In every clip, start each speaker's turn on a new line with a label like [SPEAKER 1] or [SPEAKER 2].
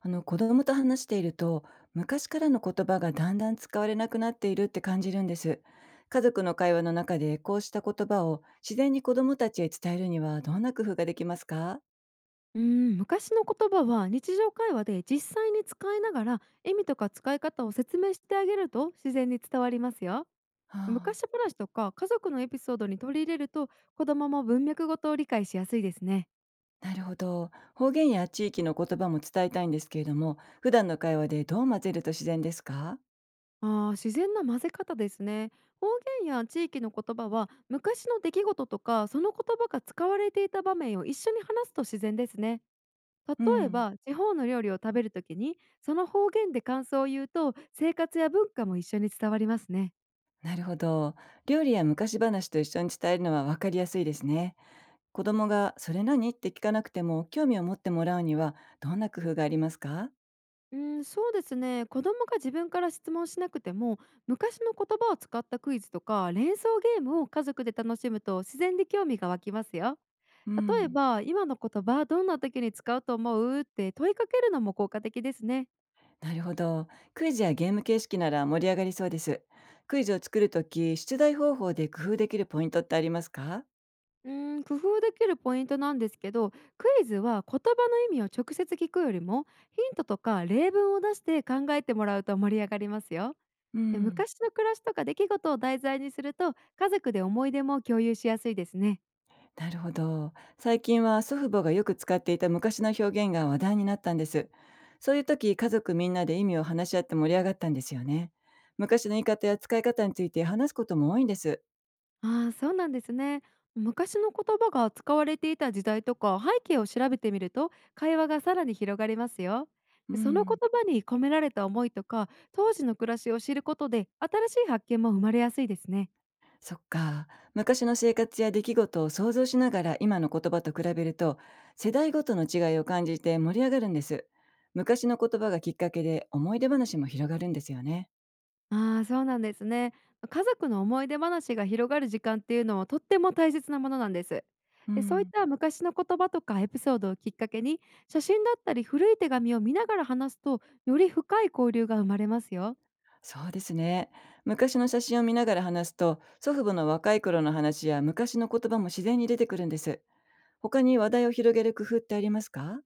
[SPEAKER 1] 子供と話していると、昔からの言葉がだんだん使われなくなっているって感じるんです。家族の会話の中でこうした言葉を自然に子供たちへ伝えるには、どんな工夫ができますか？
[SPEAKER 2] うーん、昔の言葉は日常会話で実際に使いながら意味とか使い方を説明してあげると自然に伝わりますよ。
[SPEAKER 1] ああ、
[SPEAKER 2] 昔話とか家族のエピソードに取り入れると、子供も文脈ごとを理解しやすいですね。
[SPEAKER 1] なるほど。方言や地域の言葉も伝えたいんですけれども、普段の会話でどう混ぜると自然ですか？
[SPEAKER 2] 自然な混ぜ方ですね。方言や地域の言葉は、昔の出来事とかその言葉が使われていた場面を一緒に話すと自然ですね。
[SPEAKER 1] う
[SPEAKER 2] 例え
[SPEAKER 1] ん、
[SPEAKER 2] ば、地方の料理を食べるときにその方言で感想を言うと、生活や文化も一緒に伝わりますね。
[SPEAKER 1] なるほど。料理や昔話と一緒に伝えるのは分かりやすいですね。子供が「それ何?」って聞かなくても興味を持ってもらうには、どんな工夫がありますか？
[SPEAKER 2] うん、そうですね。子供が自分から質問しなくても、昔の言葉を使ったクイズとか連想ゲームを家族で楽しむと、自然に興味が湧きますよ。
[SPEAKER 1] う
[SPEAKER 2] 例え
[SPEAKER 1] ん、
[SPEAKER 2] ば、今の言葉どんな時に使うと思うって問いかけるのも効果的ですね。
[SPEAKER 1] なるほど。クイズやゲーム形式なら盛り上がりそうです。クイズを作るとき、出題方法で工夫できるポイントってありますか？
[SPEAKER 2] うん、工夫できるポイントなんですけど、クイズは言葉の意味を直接聞くよりも、ヒントとか例文を出して考えてもらうと盛り上がりますよ。
[SPEAKER 1] う
[SPEAKER 2] で、
[SPEAKER 1] ん、
[SPEAKER 2] 昔の暮らしとか出来事を題材にすると、家族で思い出も共有しやすいですね。
[SPEAKER 1] なるほど。最近は祖父母がよく使っていた昔の表現が話題になったんです。そういうとき、家族みんなで意味を話し合って盛り上がったんですよね。昔の言い方や使い方について話すことも多いんです。
[SPEAKER 2] ああ、そうなんですね。昔の言葉が使われていた時代とか背景を調べてみると、会話がさらに広がりますよ。
[SPEAKER 1] う
[SPEAKER 2] その言
[SPEAKER 1] ん。
[SPEAKER 2] 葉に込められた思いとか当時の暮らしを知ることで、新しい発見も生まれやすいですね。
[SPEAKER 1] そっか。昔の生活や出来事を想像しながら今の言葉と比べると、世代ごとの違いを感じて盛り上がるんです。昔の言葉がきっかけで思い出話も広がるんですよね。
[SPEAKER 2] ああ、そうなんですね。家族の思い出話が広がる時間っていうのは、とっても大切なものなんです。
[SPEAKER 1] う
[SPEAKER 2] で、そういっ
[SPEAKER 1] ん。
[SPEAKER 2] た昔の言葉とかエピソードをきっかけに、写真だったり古い手紙を見ながら話すと、より深い交流が生まれますよ。
[SPEAKER 1] そうですね。昔の写真を見ながら話すと、祖父母の若い頃の話や昔の言葉も自然に出てくるんです。他に話題を広げる工夫ってありますか？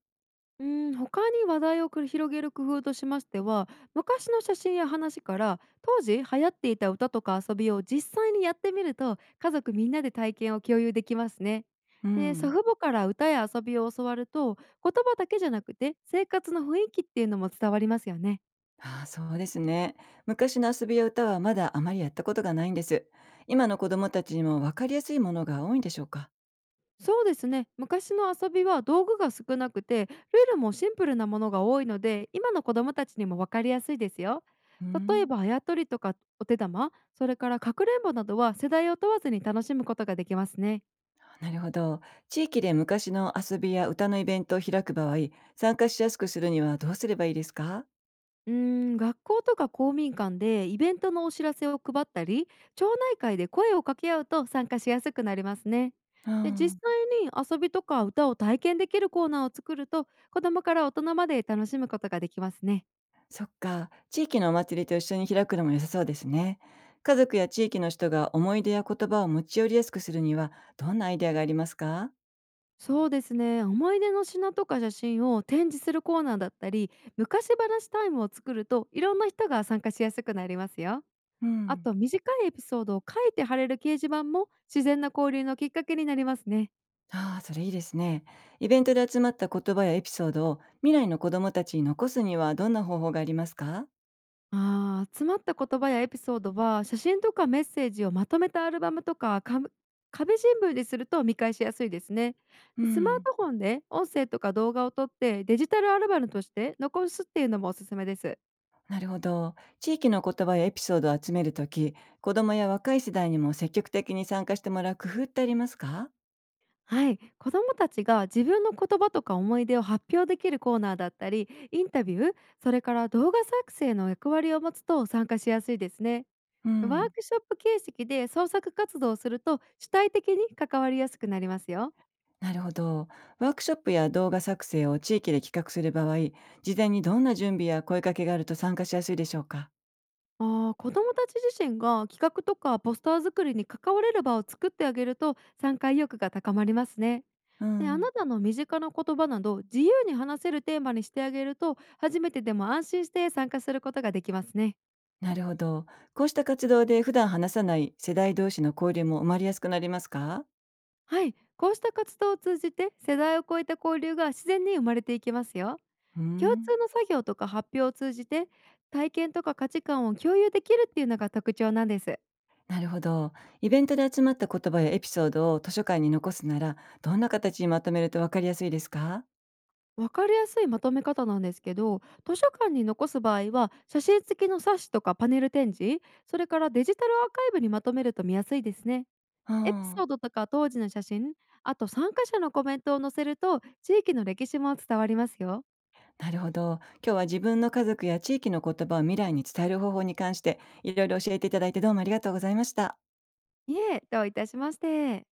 [SPEAKER 2] うん、他に話題を繰り広げる工夫としましては、昔の写真や話から当時流行っていた歌とか遊びを実際にやってみると、家族みんなで体験を共有できますね。
[SPEAKER 1] う
[SPEAKER 2] で、祖
[SPEAKER 1] ん。
[SPEAKER 2] 父母から歌や遊びを教わると、言葉だけじゃなくて生活の雰囲気っていうのも伝わりますよね。
[SPEAKER 1] ああ、そうですね。昔の遊びや歌はまだあまりやったことがないんです。今の子どもたちにも分かりやすいものが多いんでしょうか？
[SPEAKER 2] そうですね。昔の遊びは道具が少なくて、ルールもシンプルなものが多いので、今の子どもたちにも分かりやすいですよ。
[SPEAKER 1] うー
[SPEAKER 2] 例え
[SPEAKER 1] ん、
[SPEAKER 2] ば、あやとりとかお手玉、それからかくれんぼなどは、世代を問わずに楽しむことができますね。
[SPEAKER 1] なるほど。地域で昔の遊びや歌のイベントを開く場合、参加しやすくするにはどうすればいいですか？
[SPEAKER 2] うーん、学校とか公民館でイベントのお知らせを配ったり、町内会で声を掛け合うと参加しやすくなりますね。
[SPEAKER 1] う
[SPEAKER 2] で、実
[SPEAKER 1] ん、
[SPEAKER 2] 際に遊びとか歌を体験できるコーナーを作ると、子どもから大人まで楽しむことができますね。
[SPEAKER 1] そっか。地域のお祭りと一緒に開くのも良さそうですね。家族や地域の人が思い出や言葉を持ち寄りやすくするには、どんなアイデアがありますか？
[SPEAKER 2] そうですね。思い出の品とか写真を展示するコーナーだったり、昔話タイムを作ると、いろんな人が参加しやすくなりますよ。
[SPEAKER 1] う
[SPEAKER 2] あ
[SPEAKER 1] ん。
[SPEAKER 2] と、短いエピソードを書いて貼れる掲示板も、自然な交流のきっかけになりますね。
[SPEAKER 1] ああ、それいいですね。イベントで集まった言葉やエピソードを未来の子どもたちに残すには、どんな方法がありますか？
[SPEAKER 2] 詰まった言葉やエピソードは、写真とかメッセージをまとめたアルバムとか、壁新聞ですると見返しやすいですね。
[SPEAKER 1] う
[SPEAKER 2] スマー
[SPEAKER 1] ん。
[SPEAKER 2] トフォンで音声とか動画を撮って、デジタルアルバムとして残すっていうのもおすすめです。
[SPEAKER 1] なるほど。地域の言葉やエピソードを集めるとき、子どもや若い世代にも積極的に参加してもらう工夫ってありますか？
[SPEAKER 2] はい、子どもたちが自分の言葉とか思い出を発表できるコーナーだったり、インタビュー、それから動画作成の役割を持つと参加しやすいですね。
[SPEAKER 1] う
[SPEAKER 2] ワー
[SPEAKER 1] ん。
[SPEAKER 2] クショップ形式で創作活動をすると、主体的に関わりやすくなりますよ。
[SPEAKER 1] なるほど。ワークショップや動画作成を地域で企画する場合、事前にどんな準備や声かけがあると参加しやすいでしょうか？
[SPEAKER 2] あ子どもたち自身が企画とかポスター作りに関われる場を作ってあげると、参加意欲が高まりますね。
[SPEAKER 1] う
[SPEAKER 2] で、あ
[SPEAKER 1] ん。
[SPEAKER 2] なたの身近な言葉など自由に話せるテーマにしてあげると、初めてでも安心して参加することができますね。
[SPEAKER 1] なるほど。こうした活動で普段話さない世代同士の交流も生まれやすくなりますか？
[SPEAKER 2] はい、こうした活動を通じて世代を超えた交流が自然に生まれていきますよ。
[SPEAKER 1] うー
[SPEAKER 2] 共
[SPEAKER 1] ん、
[SPEAKER 2] 通の作業とか発表を通じて、体験とか価値観を共有できるっていうのが特徴なんです。
[SPEAKER 1] なるほど。イベントで集まった言葉やエピソードを図書館に残すなら、どんな形にまとめるとわかりやすいですか？
[SPEAKER 2] わかりやすいまとめ方なんですけど、図書館に残す場合は、写真付きの冊子とかパネル展示、それからデジタルアーカイブにまとめると見やすいですね。
[SPEAKER 1] う
[SPEAKER 2] エピ
[SPEAKER 1] ん。
[SPEAKER 2] ソードとか当時の写真、あと参加者のコメントを載せると、地域の歴史も伝わりますよ。
[SPEAKER 1] なるほど。今日は自分の家族や地域の言葉を未来に伝える方法に関して、いろいろ教えていただいて、どうもありがとうございました。
[SPEAKER 2] いえ、どういたしまして。